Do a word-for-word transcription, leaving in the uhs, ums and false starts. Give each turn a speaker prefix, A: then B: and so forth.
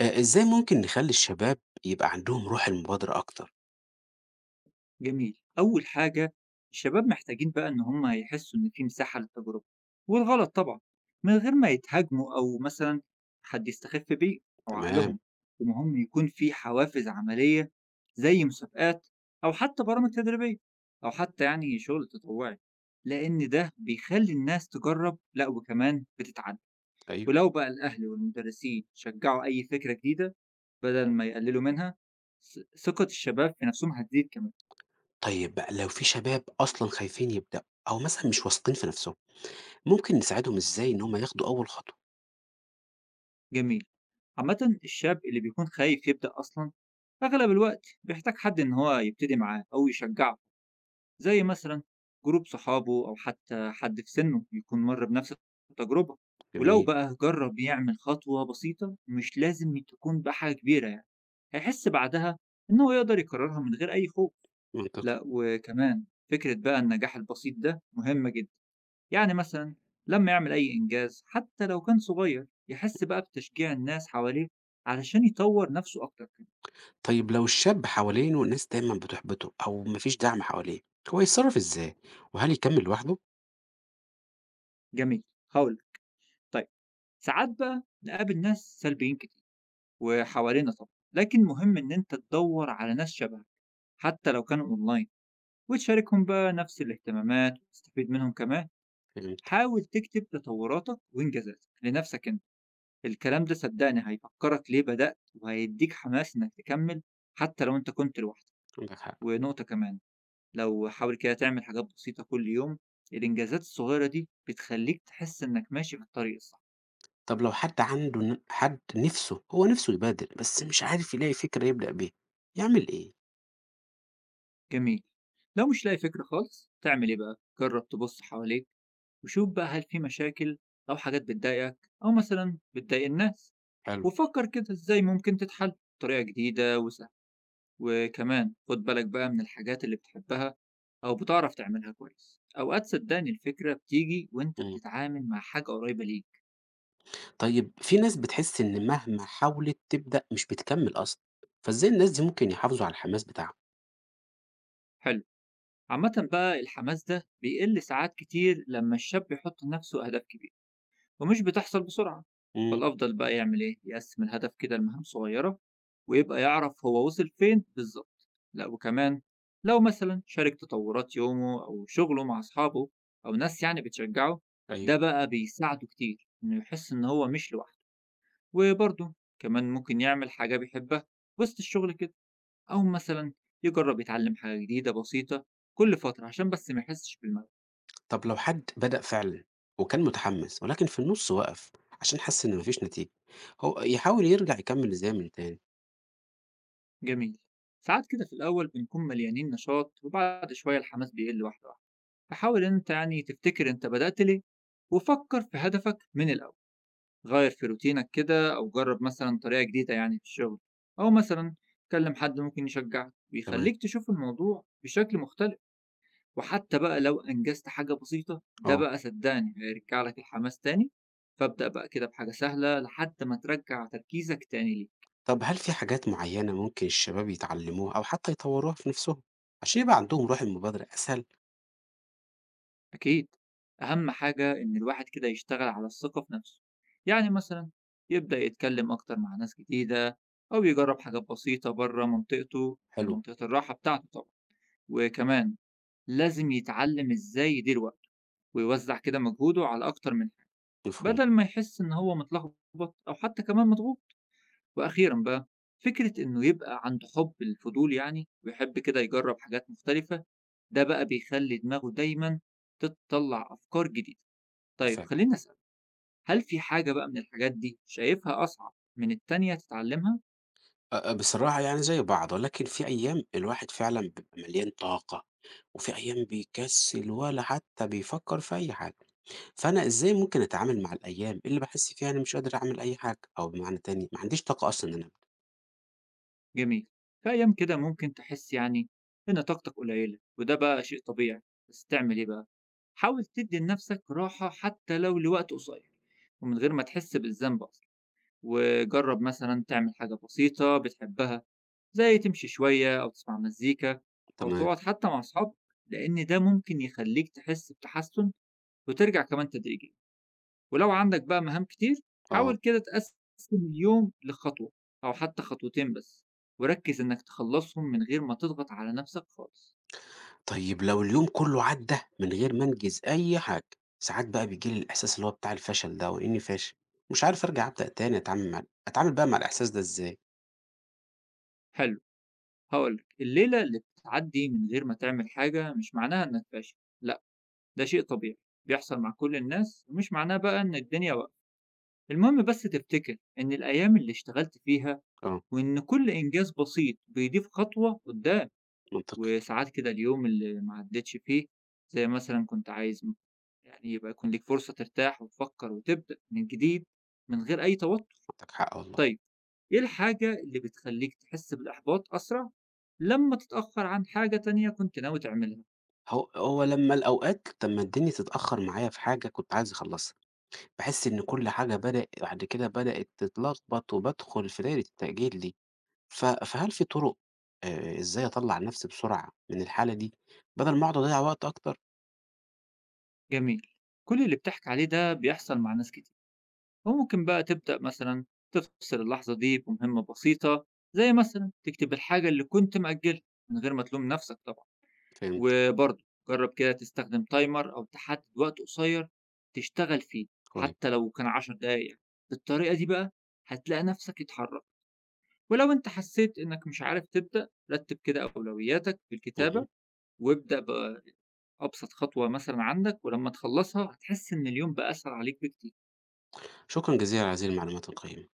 A: آآ إزاي ممكن نخلّي الشباب يبقى عندهم روح المبادرة أكتر؟
B: جميل. أول حاجة، الشباب محتاجين بقى إن هم يحسوا إن في مساحة للتجربة والغلط طبعًا، من غير ما يتهاجموا أو مثلًا حد يستخف بيه أو
A: تمام.
B: عقلهم. ومهم يكون في حوافز عملية زي مسابقات أو حتى برامج تدريبية أو حتى يعني شغل تطوعي، لأن ده بيخلي الناس تجرب لأ وكمان بتتعلم.
A: أيوه.
B: ولو بقى الأهل والمدرسين شجعوا أي فكرة جديدة بدل ما يقللوا منها، ث ثقة الشباب في نفسهم هتزيد كمان.
A: طيب بقى لو في شباب أصلًا خايفين يبدأوا أو مثلًا مش واثقين في نَفْسهم، ممكن نساعدهم إزاي إن هم ياخدوا أول خطوة؟
B: جميل. عامة الشاب اللي بيكون خايف يبدأ أصلا أغلب الوقت بيحتاج حد إن هو يبتدي معاه أو يشجعه، زي مثلا جروب صحابه أو حتى حد في سنه يكون مر بنفس التجربة. ولو
A: جميل.
B: بقى جرب يعمل خطوة بسيطة، مش لازم تكون بقى حاجة كبيرة يعني، هيحس بعدها إن هو يقدر يكررها من غير أي خوف.
A: منطقي.
B: لا وكمان فكرة بقى النجاح البسيط ده مهمة جدا، يعني مثلا لما يعمل أي إنجاز حتى لو كان صغير يحس بقى بتشجيع الناس حواليه علشان يطور نفسه أكتر كمان.
A: طيب لو الشاب حوالينه ناس دايمًا بتحبطه أو ما فيش دعم حواليه، هو يتصرّف إزاي؟ وهل يكمّل لوحده؟
B: جميل، هقولك. طيب، ساعات بقى نقابل ناس سلبيين كتير وحوالينا طبعا، لكن مهم إن أنت تدور على ناس شبهك حتى لو كانوا أونلاين، وتشاركهم بقى نفس الاهتمامات وتستفيد منهم كمان.
A: فهمتك.
B: حاول تكتب تطوراتك وإنجازاتك لنفسك أنت، الكلام ده صدقني هيفكرك ليه بدأت وهيديك حماس إنك تكمل حتى لو أنت كنت لوحدك.
A: عندك حق.
B: ونقطة كمان، لو حاول كده تعمل حاجات بسيطة كل يوم، الإنجازات الصغيرة دي بتخليك تحس إنك ماشي في الطريق الصح.
A: طب لو حد عنده ن حد نِفْسه هو نِفْسه يبادر بس مش عارف يلاقي فكرة يبدأ بيها، يعمل إيه؟
B: جميل. لو مش لاقي فكرة خالص تعمل إيه بقى، جرب تبص حواليك وشوف بقى هل في مشاكل أو حاجات بتضايقك أو مثلا بتضايق الناس،
A: حلو.
B: وفكر كده إزاي ممكن تتحل بطريقة جديدة وسهلة. وكمان خد بالك بقى من الحاجات اللي بتحبها أو بتعرف تعملها كويس، أوقات صدقني الفكرة بتيجي وإنت
A: إمم.
B: بتتعامل مع حاجة قريبة ليك.
A: طيب في ناس بتحس إن مهما حاولت تبدأ مش بتكمل أصلًا، فإزاي الناس دي ممكن يحافظوا على الحماس بتاعهم؟
B: حلو. عامة بقى الحماس ده بيقل ساعات كتير لما الشاب يحط لنفسه أهداف كبيرة ومش بتحصل بسرعة.
A: إمم.
B: فالأفضل بقى يعمل إيه؟ يقسم الهدف كده لمهام صغيرة ويبقى يعرف هو وصل فين بالظبط. لا وكمان لو مثلا شارك تطورات يومه أو شغله مع أصحابه أو ناس يعني بتشجعه، ده
A: أيوه.
B: بقى بيساعده كتير إنه يحس إن هو مش لوحده. وبرضه كمان ممكن يعمل حاجة بيحبها وسط الشغل كده، أو مثلا يجرب يتعلم حاجة جديدة بسيطة كل فترة عشان بس ما يحسش بالملل.
A: طب لو حد بدأ فعلًا وكان متحمس ولكن في النُص وقف عشان حس إن ما فيش نتيجة، هو يحاول يرجع يكمل إزاي من تاني؟
B: جميل. ساعات كده في الأول بنكون مليانين نشاط وبعد شوية الحماس بيقل واحدة واحدة، فحاول إن أنت يعني تفتكر أنت بدأت ليه وفكر في هدفك من الأول. غير في روتينك كده، أو جرب مثلا طريقة جديدة يعني في الشغل، أو مثلا كلم حد ممكن يشجعك
A: تمام.
B: ويخليك تشوف الموضوع بشكل مختلف. وحتى بقى لو أنجزت حاجة بسيطة، ده
A: آه.
B: بقى صدّقني هيرجّع لك الحماس تاني، فابدأ بقى كده بحاجة سهلة لحد ما ترجّع تركيزك تاني ليه.
A: طب هل في حاجات معيّنة ممكن الشباب يتعلموها أو حتى يطوّروها في نَفْسهم عشان يبقى عندهم روح المبادرة أسهل؟
B: أكيد، أهم حاجة إن الواحد كده يشتغل على الثقة في نَفْسه، يعني مثلًا يبدأ يتكلّم أكتر مع ناس جديدة، أو يجرّب حاجات بسيطة برّه منطقته زي
A: حلو.
B: منطقة الراحة بتاعته طبعًا. وكمان لازم يتعلّم إزاي يدير وقته ويوزّع كده مجهوده على أكتر من حاجة،
A: مفهوم.
B: بدل ما يحس إن هو متلخبط أو حتى كمان مضغوط. وأخيرًا بقى، فكرة إنه يبقى عنده حُب الفضول، يعني ويحب كده يجرّب حاجات مختلفة، ده بقى بيخلّي دماغه دايمًا تطلّع أفكار جديدة. طيب
A: بالفعل.
B: خلّيني أسألك، هل في حاجة بقى من الحاجات دي شايفها أصعب من التانية تتعلّمها؟
A: أ أ بصراحة يعني زي بعض، ولكن في أيام الواحد فعلًا بيبقى مليان طاقة وفي أيام بيكسّل ولا حتى بيفكّر في أي حاجة، فأنا إزاي ممكن أتعامل مع الأيام اللي باحس فيها أنا مش قادر أعمل أي حاجة، أو بمعنى تاني ما عنديش طاقة أصلًا إن أنا أعمل؟
B: جميل. في أيام كده ممكن تحس يعني إن طاقتك قليلة، وده بقى شيء طبيعي. بس تعمل إيه بقى؟ حاول تدّي لنَفْسك راحة حتى لو لوقت قصير ومن غير ما تحس بالذنب أصلًا، وجرّب مثلًا تعمل حاجة بسيطة بتحبها زي تمشي شوية أو تسمع مزيكا، أو
A: تمام.
B: تقعد حتى مع أصحابك، لأن ده ممكن يخليك تحس بتحسن وترجع كمان تدريجيا. ولو عندك بقى مهام كتير، حاول
A: آه.
B: كده تقسم اليوم لخطوة أو حتى خطوتين بس، وركز إنك تخلصهم من غير ما تضغط على نفسك خالص.
A: طيب لو اليوم كلّه عدّى من غير ما أنجز أي حاجة، ساعات بقى بييجي لي الإحساس اللي هو بتاع الفشل ده وإنّي فاشل، مش عارف أرجع أبدأ تاني أتعامل مع أتعامل بقى مع الإحساس ده إزاي؟
B: حلو، هقولك. الليلة اللي بتعدي من غير ما تعمل حاجة مش معناها إنك فاشل، لأ، ده شيء طبيعي بيحصل مع كل الناس، ومش معناه بقى إن الدنيا واقفة. المهم بس تفتكر إن الأيام اللي اشتغلت فيها
A: آه.
B: وإن كل إنجاز بسيط بيضيف خطوة قدّام.
A: منطقي.
B: وساعات كده اليوم اللي ما عدّتش فيه، زي مثلًا كنت عايز م يعني يبقى يكون ليك فرصة ترتاح وتفكّر وتبدأ من جديد من غير أي توتر.
A: عندك حق والله.
B: طيب، إيه الحاجة اللي بتخلّيك تحس بالإحباط أسرع لمّا تتأخّر عن حاجة تانية كنت ناوي تعملها؟
A: هو هو لمّا الأوقات لمّا الدنيا تتأخّر معايا في حاجة كنت عايز أخلّصها. باحس إن كل حاجة بدأ بعد كده بدأت تتلخبط وبادخل في دايرة التأجيل دي، ف فهل في طرق آآ إزاي أطلّع نفسي بسرعة من الحالة دي، بدل ما أقعد أضيّع وقت أكتر؟
B: جميل، كل اللي بتحكي عليه ده بيحصل مع ناس كتير، وممكن بقى تبدأ مثلًا تفصل اللحظة دي بمهمة بسيطة زي مثلًا تكتب الحاجة اللي كنت مأجّلها من غير ما تلوم نَفْسك طبعًا.
A: فهمت.
B: وبرضه جرّب كده تستخدم timer أو تحدد وقت قصيّر تشتغل فيه،
A: كوي.
B: حتى لو كان عشر دقايق، يعني. بالطريقة دي بقى هتلاقي نَفْسك اتحرّكت، ولو أنت حسّيت إنّك مش عارف تبدأ، رتّب كده أولوياتك بالكتابة
A: اهم.
B: وابدأ بأبسط خطوة مثلًا عندك، ولمّا تخلّصها هتحس إن اليوم بقى أسهل عليك بكتير.
A: شكرًا جزيلًا على هذه المعلومات القيمة.